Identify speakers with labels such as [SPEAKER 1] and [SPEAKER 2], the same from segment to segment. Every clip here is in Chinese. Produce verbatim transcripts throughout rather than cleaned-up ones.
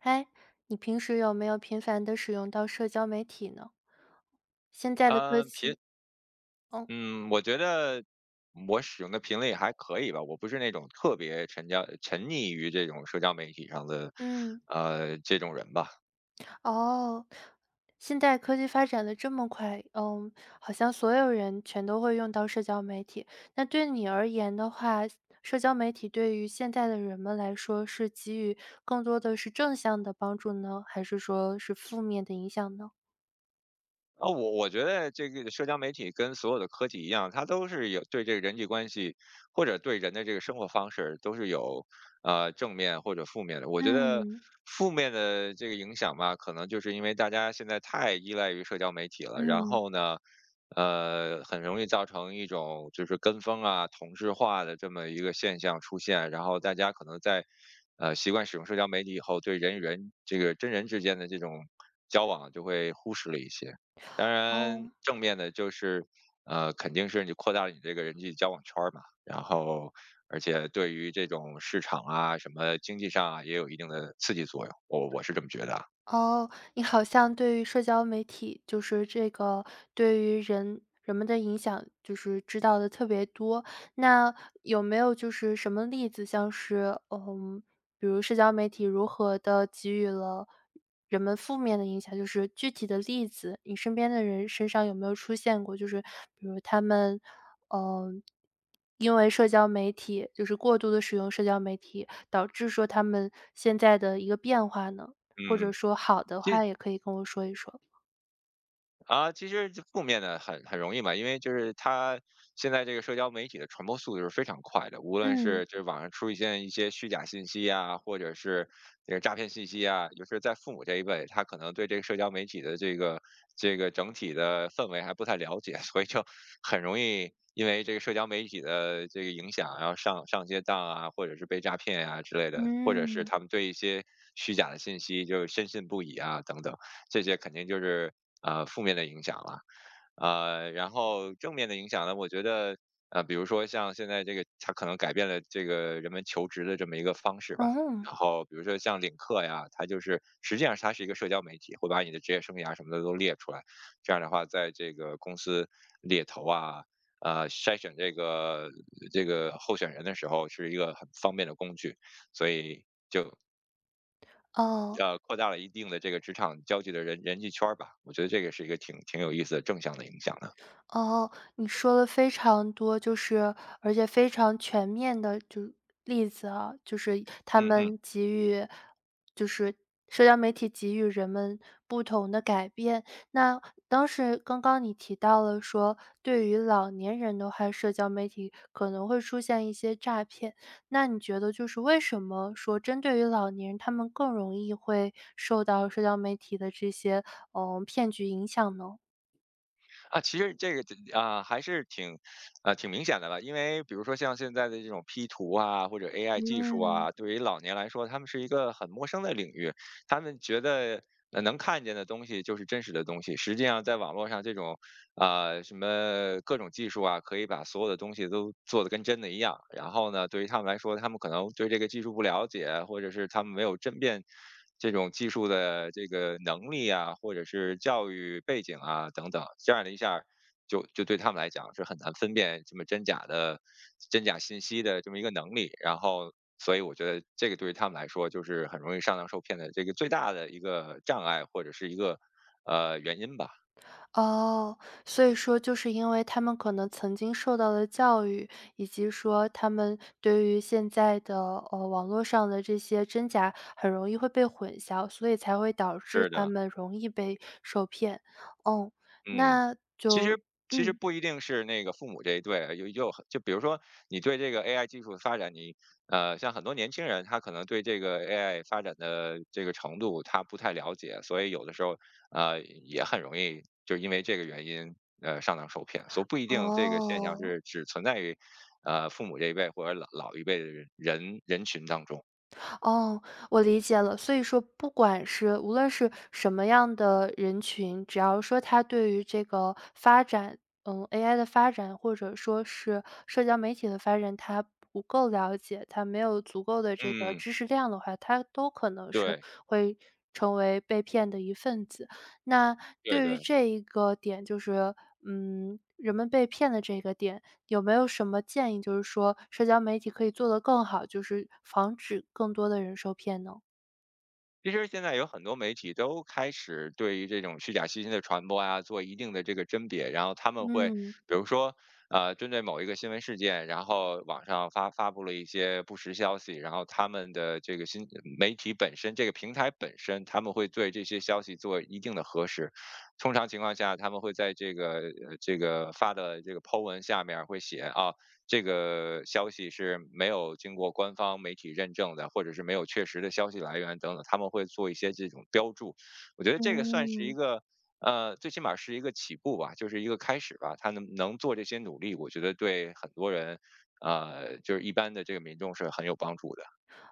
[SPEAKER 1] 哎，你平时有没有频繁的使用到社交媒体呢？现在的科
[SPEAKER 2] 呃，频
[SPEAKER 1] 技哦。
[SPEAKER 2] 嗯，我觉得我使用的频率还可以吧，我不是那种特别沉交沉溺于这种社交媒体上的，
[SPEAKER 1] 嗯，
[SPEAKER 2] 呃，这种人吧。
[SPEAKER 1] 哦，现在科技发展的这么快，嗯，好像所有人全都会用到社交媒体。那对你而言的话，社交媒体对于现在的人们来说，是给予更多的是正向的帮助呢，还是说是负面的影响呢？
[SPEAKER 2] 啊，我我觉得这个社交媒体跟所有的科技一样，它都是有对这个人际关系或者对人的这个生活方式都是有呃正面或者负面的。我觉得
[SPEAKER 1] 嗯。
[SPEAKER 2] 负面的这个影响吧，可能就是因为大家现在太依赖于社交媒体了，然
[SPEAKER 1] 嗯。
[SPEAKER 2] 后呢，呃，很容易造成一种就是跟风啊、同质化的这么一个现象出现，然后大家可能在呃习惯使用社交媒体以后，对人与人这个真人之间的这种交往就会忽视了一些。当然，
[SPEAKER 1] 哦。
[SPEAKER 2] 正面的就是，呃，肯定是你扩大了你这个人际交往圈儿嘛，然后而且对于这种市场啊、什么经济上啊，也有一定的刺激作用，我我是这么觉得啊。
[SPEAKER 1] 哦，你好像对于社交媒体，就是这个对于人人们的影响，就是知道的特别多。那有没有就是什么例子，像是嗯，比如社交媒体如何的给予了人们负面的影响，就是具体的例子，你身边的人身上有没有出现过？就是比如他们，嗯，因为社交媒体就是过度的使用社交媒体，导致说他们现在的一个变化呢？或者
[SPEAKER 2] 嗯，
[SPEAKER 1] 说好的
[SPEAKER 2] 这。
[SPEAKER 1] 话也可以跟我说一说。
[SPEAKER 2] 啊，其实就负面的很很容易嘛，因为就是它现在这个社交媒体的传播速度是非常快的，无论
[SPEAKER 1] 嗯。
[SPEAKER 2] 是就是网上出现一些虚假信息啊，或者是这个诈骗信息啊，就是在父母这一辈，他可能对这个社交媒体的这个这个整体的氛围还不太了解，所以就很容易因为这个社交媒体的这个影响，然后上上街当啊，或者是被诈骗啊之类的，或者是
[SPEAKER 1] 嗯。
[SPEAKER 2] 他们对一些虚假的信息就是深信不疑啊等等。这些肯定就是呃负面的影响了。呃，然后正面的影响呢，我觉得呃，比如说像现在这个，它可能改变了这个人们求职的这么一个方式吧。
[SPEAKER 1] 嗯。
[SPEAKER 2] 然后比如说像领克呀，它就是实际上它是一个社交媒体，会把你的职业生涯什么的都列出来。这样的话，在这个公司猎头啊。呃，筛选这个这个候选人的时候是一个很方便的工具，所以就。
[SPEAKER 1] 哦。
[SPEAKER 2] 呃，扩大了一定的这个职场交际的人人际圈儿吧，我觉得这个是一个挺挺有意思的正向的影响的。
[SPEAKER 1] 哦，你说了非常多，就是而且非常全面的就例子啊，就是他
[SPEAKER 2] 嗯嗯，
[SPEAKER 1] 们给予，就是社交媒体给予人们不同的改变。那当时刚刚你提到了说，对于老年人的话，社交媒体可能会出现一些诈骗。那你觉得就是为什么说针对于老年人，他们更容易会受到社交媒体的这些嗯骗局影响呢？
[SPEAKER 2] 啊，其实这个啊、还是挺啊、挺明显的了，因为比如说像现在的这种 P 图啊或者 A I 技术
[SPEAKER 1] 嗯。
[SPEAKER 2] 啊，对于老年来说，他们是一个很陌生的领域，他们觉得。呃能看见的东西就是真实的东西。实际上，在网络上这种啊，什么各种技术啊，可以把所有的东西都做的跟真的一样。然后呢，对于他们来说，他们可能对这个技术不了解，或者是他们没有争辩这种技术的这个能力啊，或者是教育背景啊等等，这样的一下儿就就对他们来讲是很难分辨这么真假的真假信息的这么一个能力。然后，所以我觉得这个对于他们来说就是很容易上当受骗的这个最大的一个障碍或者是一个呃原因吧。
[SPEAKER 1] 哦，所以说就是因为他们可能曾经受到的教育，以及说他们对于现在的呃网络上的这些真假很容易会被混淆，所以才会导致
[SPEAKER 2] 是
[SPEAKER 1] 他
[SPEAKER 2] 的，
[SPEAKER 1] 们容易被受骗。哦，
[SPEAKER 2] 嗯，
[SPEAKER 1] 那
[SPEAKER 2] 其
[SPEAKER 1] 就
[SPEAKER 2] 实其实
[SPEAKER 1] 嗯。
[SPEAKER 2] 不一定是那个父母这一对啊，有有很就比如说你对这个 A I 技术的发展，你呃，像很多年轻人，他可能对这个 A I 发展的这个程度他不太了解，所以有的时候呃也很容易就因为这个原因呃上当受骗，所以不一定这个现象
[SPEAKER 1] 哦。
[SPEAKER 2] 是只存在于呃父母这一辈或者老老一辈的人人人群当中。
[SPEAKER 1] 哦，我理解了。所以说，不管是无论是什么样的人群，只要说他对于这个发展，嗯，A I 的发展，或者说是社交媒体的发展，他不够了解，他没有足够的这个
[SPEAKER 2] 嗯，
[SPEAKER 1] 知识量的话，他都可能是
[SPEAKER 2] 对
[SPEAKER 1] 会成为被骗的一份子。那
[SPEAKER 2] 对
[SPEAKER 1] 对于
[SPEAKER 2] 对。
[SPEAKER 1] 这一个点，就是嗯，人们被骗的这个点，有没有什么建议，就是说社交媒体可以做得更好，就是防止更多的人受骗呢？
[SPEAKER 2] 其实现在有很多媒体都开始对于这种虚假信息的传播啊，做一定的这个甄别，然后他们会
[SPEAKER 1] 嗯。
[SPEAKER 2] 比如说，呃，针对某一个新闻事件，然后网上发发布了一些不实消息，然后他们的这个新媒体本身，这个平台本身，他们会对这些消息做一定的核实。通常情况下，他们会在这个呃这个发的这个 po 文下面儿会写啊。这个消息是没有经过官方媒体认证的，或者是没有确实的消息来源等等，他们会做一些这种标注。我觉得这个算是一
[SPEAKER 1] 嗯。
[SPEAKER 2] 个，呃，最起码是一个起步吧，就是一个开始吧。他能能做这些努力，我觉得对很多人，呃，就是一般的这个民众是很有帮助的。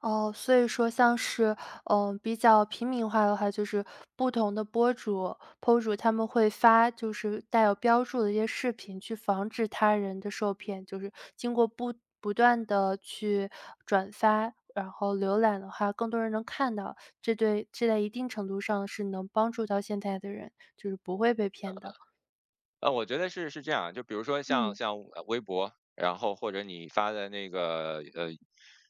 [SPEAKER 1] 哦，所以说像是，嗯，比较平民化的话，就是不同的博主博主他们会发就是带有标注的一些视频，去防止他人的受骗。就是经过不不断的去转发，然后浏览的话，更多人能看到，这对这在一定程度上是能帮助到现在的人，就是不会被骗的。
[SPEAKER 2] 呃，我觉得是是这样，就比如说像
[SPEAKER 1] 嗯。
[SPEAKER 2] 像呃微博，然后或者你发的那个呃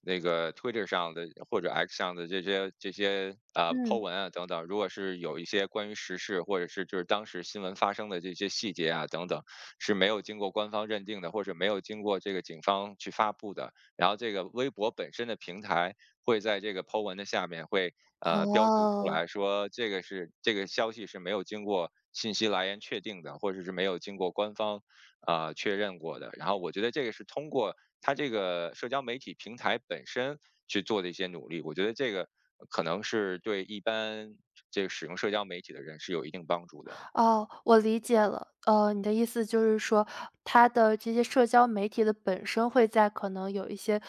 [SPEAKER 2] 那个 Twitter 上的或者 X 上的这些这些呃 po
[SPEAKER 1] 嗯。
[SPEAKER 2] 文啊等等，如果是有一些关于时事或者是就是当时新闻发生的这些细节啊等等，是没有经过官方认定的，或者没有经过这个警方去发布的，然后这个微博本身的平台会在这个 po 文的下面会呃，标注出
[SPEAKER 1] 哦。
[SPEAKER 2] 来说这个是这个消息是没有经过信息来源确定的，或者是没有经过官方呃确认过的。然后我觉得这个是通过它这个社交媒体平台本身去做的一些努力，我觉得这个可能是对一般这个使用社交媒体的人是有一定帮助的。
[SPEAKER 1] 哦，我理解了。呃，你的意思就是说，它的这些社交媒体的本身会在可能有一些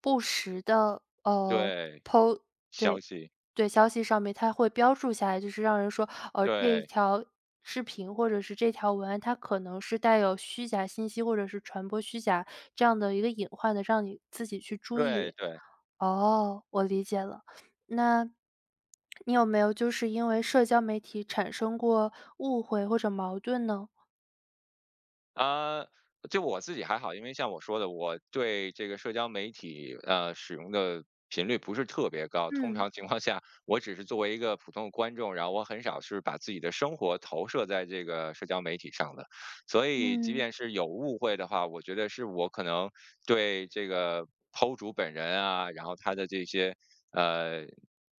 [SPEAKER 1] 不实的，呃，
[SPEAKER 2] 对，
[SPEAKER 1] 都
[SPEAKER 2] 消
[SPEAKER 1] 对。
[SPEAKER 2] 息，
[SPEAKER 1] 对，消息上面它会标注下来，就是让人说，呃，这一
[SPEAKER 2] 对
[SPEAKER 1] 条视频或者是这条文案，它可能是带有虚假信息，或者是传播虚假这样的一个隐患的，让你自己去注
[SPEAKER 2] 对
[SPEAKER 1] 意。
[SPEAKER 2] 对。
[SPEAKER 1] 哦，我理解了。那你有没有就是因为社交媒体产生过误会或者矛盾呢？
[SPEAKER 2] 啊，就我自己还好，因为像我说的，我对这个社交媒体呃使用的频率不是特别高。通
[SPEAKER 1] 嗯
[SPEAKER 2] 常情况下，我只是作为一个普通的观众，然后我很少是把自己的生活投射在这个社交媒体上的。所以，即
[SPEAKER 1] 嗯。
[SPEAKER 2] 便是有误会的话，我觉得是我可能对这个 P O 主本人啊，然后他的这些呃，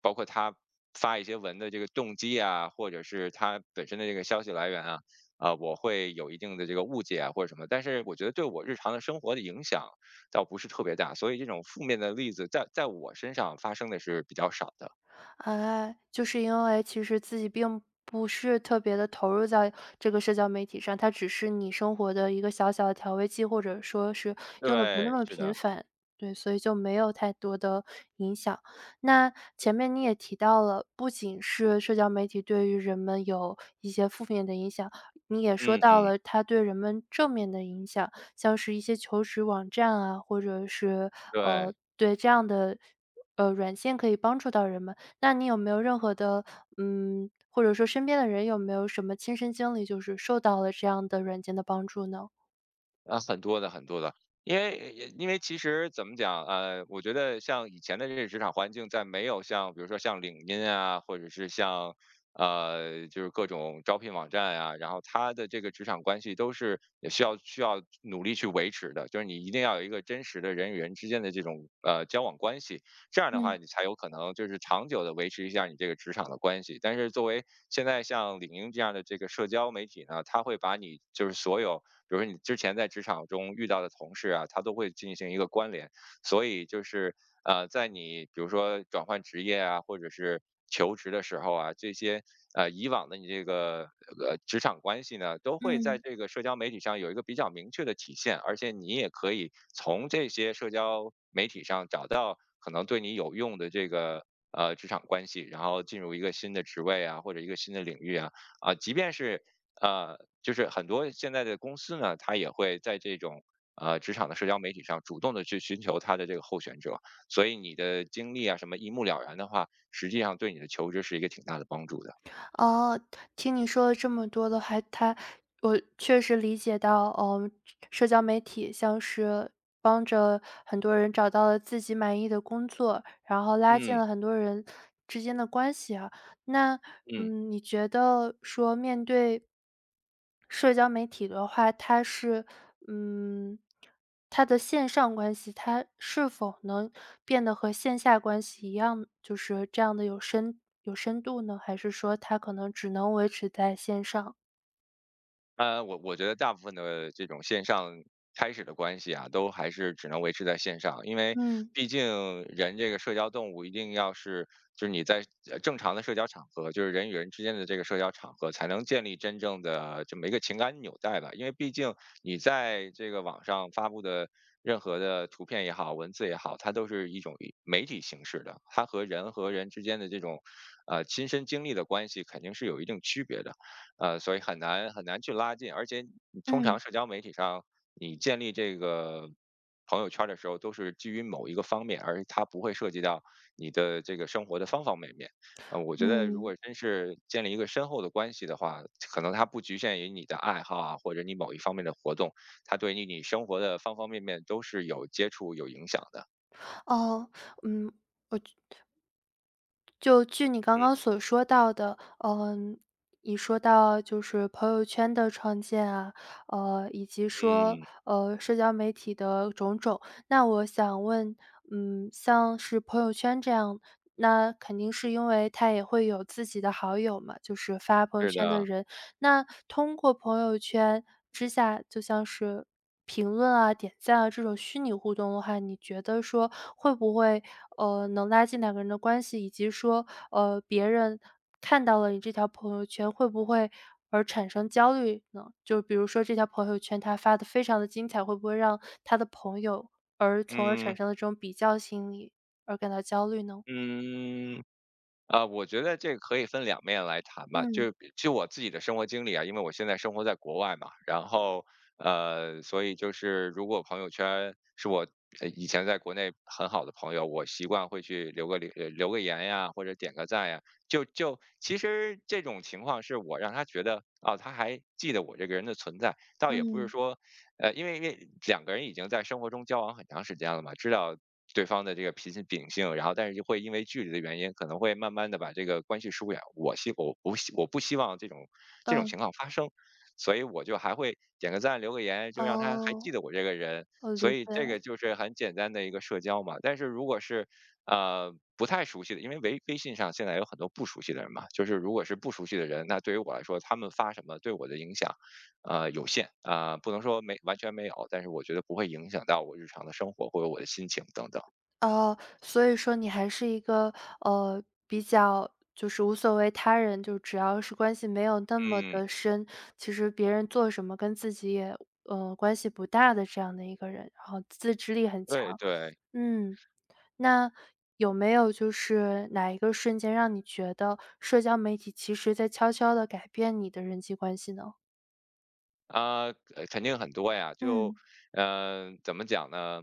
[SPEAKER 2] 包括他发一些文的这个动机啊，或者是他本身的这个消息来源啊。啊，我会有一定的这个误解啊或者什么，但是我觉得对我日常的生活的影响倒不是特别大，所以这种负面的例子在在我身上发生的是比较少的。
[SPEAKER 1] 哎，就是因为其实自己并不是特别的投入在这个社交媒体上，它只是你生活的一个小小的调味剂，或者说是用的不那
[SPEAKER 2] 对，
[SPEAKER 1] 么
[SPEAKER 2] 是
[SPEAKER 1] 频
[SPEAKER 2] 的，
[SPEAKER 1] 繁，对，所以就没有太多的影响。那前面你也提到了，不仅是社交媒体对于人们有一些负面的影响，你也说
[SPEAKER 2] 嗯
[SPEAKER 1] 到
[SPEAKER 2] 嗯，
[SPEAKER 1] 了它对人们正面的影响，像是一些求职网站啊，或者是，
[SPEAKER 2] 对。
[SPEAKER 1] 呃，对，这样的，呃，软件可以帮助到人们。那你有没有任何的，嗯，或者说身边的人有没有什么亲身经历，就是受到了这样的软件的帮助呢？
[SPEAKER 2] 啊，很多的很多的，因为因为其实怎么讲，呃，我觉得像以前的这个职场环境，在没有像比如说像领英啊，或者是像呃，就是各种招聘网站啊，然后它的这个职场关系都是也需要需要努力去维持的，就是你一定要有一个真实的人与人之间的这种呃交往关系，这样的话
[SPEAKER 1] 嗯
[SPEAKER 2] 你才有可能就是长久的维持一下你这个职场的关系。但是作为现在像领英这样的这个社交媒体呢，它会把你就是所有。比如说你之前在职场中遇到的同事啊，他都会进行一个关联。所以就是呃，在你比如说转换职业啊，或者是求职的时候啊，这些呃以往的你这个呃职场关系呢，都会在
[SPEAKER 1] 嗯。
[SPEAKER 2] 这个社交媒体上有一个比较明确的体现，而且你也可以从这些社交媒体上找到可能对你有用的这个。呃，职场关系，然后进入一个新的职位啊，或者一个新的领域啊，啊，即便是呃，就是很多现在的公司呢，它也会在这种呃职场的社交媒体上主动的去寻求它的这个候选者，所以你的经历啊什么一目了然的话，实际上对你的求职是一个挺大的帮助的。
[SPEAKER 1] 哦，听你说了这么多的话，它我确实理解到，嗯，社交媒体像是帮着很多人找到了自己满意的工作，然后拉近
[SPEAKER 2] 嗯
[SPEAKER 1] 了很多人之间的关系啊。那，
[SPEAKER 2] 嗯。
[SPEAKER 1] 嗯，你觉得说面对社交媒体的话，它是嗯，它的线上关系，它是否能变得和线下关系一样，就是这样的有深有深度呢？还是说它可能只能维持在线上？
[SPEAKER 2] 呃，我我觉得大部分的这种线上开始的关系啊，都还是只能维持在线上，因为
[SPEAKER 1] 嗯。
[SPEAKER 2] 毕竟人这个社交动物一定要是，就是你在呃正常的社交场合，就是人与人之间的这个社交场合，才能建立真正的这么一个情感纽带吧。因为毕竟你在这个网上发布的任何的图片也好，文字也好，它都是一种以媒体形式的，它和人和人之间的这种呃亲身经历的关系肯定是有一定区别的。呃，所以很难很难去拉近，而且你通常
[SPEAKER 1] 嗯。
[SPEAKER 2] 社交媒体上你建立这个朋友圈儿的时候，都是基于某一个方面，而它不会涉及到你的这个生活的方方面面。呃，我觉得如
[SPEAKER 1] 嗯。
[SPEAKER 2] 果真是建立一个深厚的关系的话，可能它不局限于你的爱好啊，或者你某一方面的活动，它对你你生活的方方面面都是有接触、有影响的。
[SPEAKER 1] 哦。嗯，就据你刚
[SPEAKER 2] 嗯
[SPEAKER 1] 刚所说到的，嗯，你说到就是朋友圈的创建啊，呃，以及说，
[SPEAKER 2] 嗯，
[SPEAKER 1] 呃，社交媒体的种种，那我想问，嗯，像是朋友圈这样那肯定是因为他也会有自己的好友嘛，就是发朋友
[SPEAKER 2] 是
[SPEAKER 1] 圈的
[SPEAKER 2] 的，
[SPEAKER 1] 人。那通过朋友圈之下，就像是评论啊、点赞啊这种虚拟互动的话，你觉得说会不会，呃，能拉近两个人的关系，以及说，呃，别人看到了你这条朋友圈，会不会而产生焦虑呢？就比如说这条朋友圈他发的非常的精彩，会不会让他的朋友而从而
[SPEAKER 2] 嗯
[SPEAKER 1] 产生了这种比较心理而感到焦虑呢？
[SPEAKER 2] 嗯。啊，我觉得这个可以分两面来谈吧。就
[SPEAKER 1] 嗯。
[SPEAKER 2] 比就我自己的生活经历啊，因为我现在生活在国外嘛，然后呃，所以就是如果朋友圈是我呃以前在国内很好的朋友，我习惯会去留个留呃留个言呀，或者点个赞呀。就就其实这种情况是我让他觉得哦，他还记得我这个人的存在，倒也不是
[SPEAKER 1] 嗯。
[SPEAKER 2] 说呃，因为因为两个人已经在生活中交往很长时间了嘛，知道对方的这个脾气秉性，然后但是就会因为距离的原因，可能会慢慢的把这个关系疏远。我希我不希我不希望这种这种
[SPEAKER 1] 嗯。
[SPEAKER 2] 情况发生，所以我就还会点个赞，留个言，就让他还记
[SPEAKER 1] 哦，
[SPEAKER 2] 得我这个人。
[SPEAKER 1] 我
[SPEAKER 2] 所
[SPEAKER 1] 理
[SPEAKER 2] 以
[SPEAKER 1] 解
[SPEAKER 2] 这个
[SPEAKER 1] 了。
[SPEAKER 2] 就是很简单的一个社交嘛。但是如果是呃不太熟悉的，因为微微信上现在有很多不熟悉的人嘛，就是如果是不熟悉的人，那对于我来说，他们发什么对我的影响。呃，有限，啊、呃不能说没完全没有，但是我觉得不会影响到我日常的生活或者我的心情等等。
[SPEAKER 1] 哦，所以说你还是一个，呃，比较就是无所谓他人，就只要是关系没有那么
[SPEAKER 2] 嗯，
[SPEAKER 1] 的深，其实别人做什么跟自己也，呃，关系不大的这样的一个人，然后自制力很强。
[SPEAKER 2] 对对，
[SPEAKER 1] 嗯。那有没有就是哪一个瞬间让你觉得社交媒体其实在悄悄的改变你的人际关系呢？
[SPEAKER 2] 啊、呃肯定很多呀。就，
[SPEAKER 1] 嗯。
[SPEAKER 2] 嗯、呃怎么讲呢？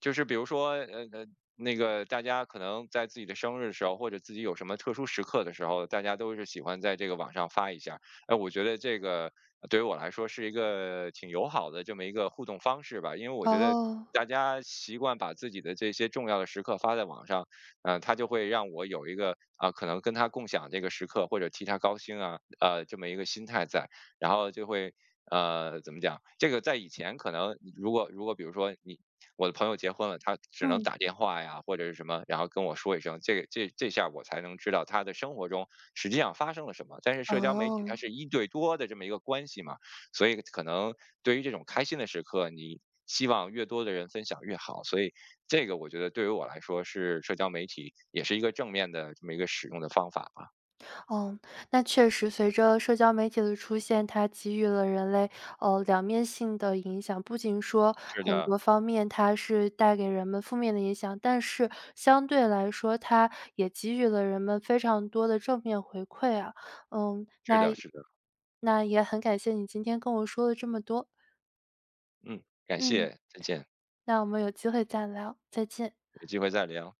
[SPEAKER 2] 就是比如说，呃呃，那个大家可能在自己的生日的时候，或者自己有什么特殊时刻的时候，大家都是喜欢在这个网上发一下。哎，我觉得这个呃对于我来说是一个挺友好的这么一个互动方式吧，因为我觉得。
[SPEAKER 1] 哦。
[SPEAKER 2] 大家习惯把自己的这些重要的时刻发在网上，嗯、呃，他就会让我有一个啊、可能跟他共享这个时刻，或者替他高兴啊，呃，这么一个心态在，然后就会呃，怎么讲？这个在以前可能，如果如果比如说你我的朋友结婚了，他只能
[SPEAKER 1] 嗯。
[SPEAKER 2] 打电话呀，或者是什么，然后跟我说一声，这个这这下我才能知道他的生活中实际上发生了什么。但是社交媒体它
[SPEAKER 1] 哦。
[SPEAKER 2] 是一对多的这么一个关系嘛，所以可能对于这种开心的时刻，你希望越多的人分享越好。所以这个我觉得对于我来说是社交媒体也是一个正面的这么一个使用的方法吧。
[SPEAKER 1] 哦，那确实，随着社交媒体的出现，它给予了人类呃两面性的影响。不仅说
[SPEAKER 2] 是
[SPEAKER 1] 很
[SPEAKER 2] 的，
[SPEAKER 1] 多方面它是带给人们负面的影响，但是相对来说，它也给予了人们非常多的正面回馈啊。嗯，
[SPEAKER 2] 是
[SPEAKER 1] 那
[SPEAKER 2] 的，是的，
[SPEAKER 1] 那也很感谢你今天跟我说了这么多。
[SPEAKER 2] 嗯，感
[SPEAKER 1] 嗯，
[SPEAKER 2] 谢，再见，
[SPEAKER 1] 那我们有机会再聊，再见。
[SPEAKER 2] 有机会再聊。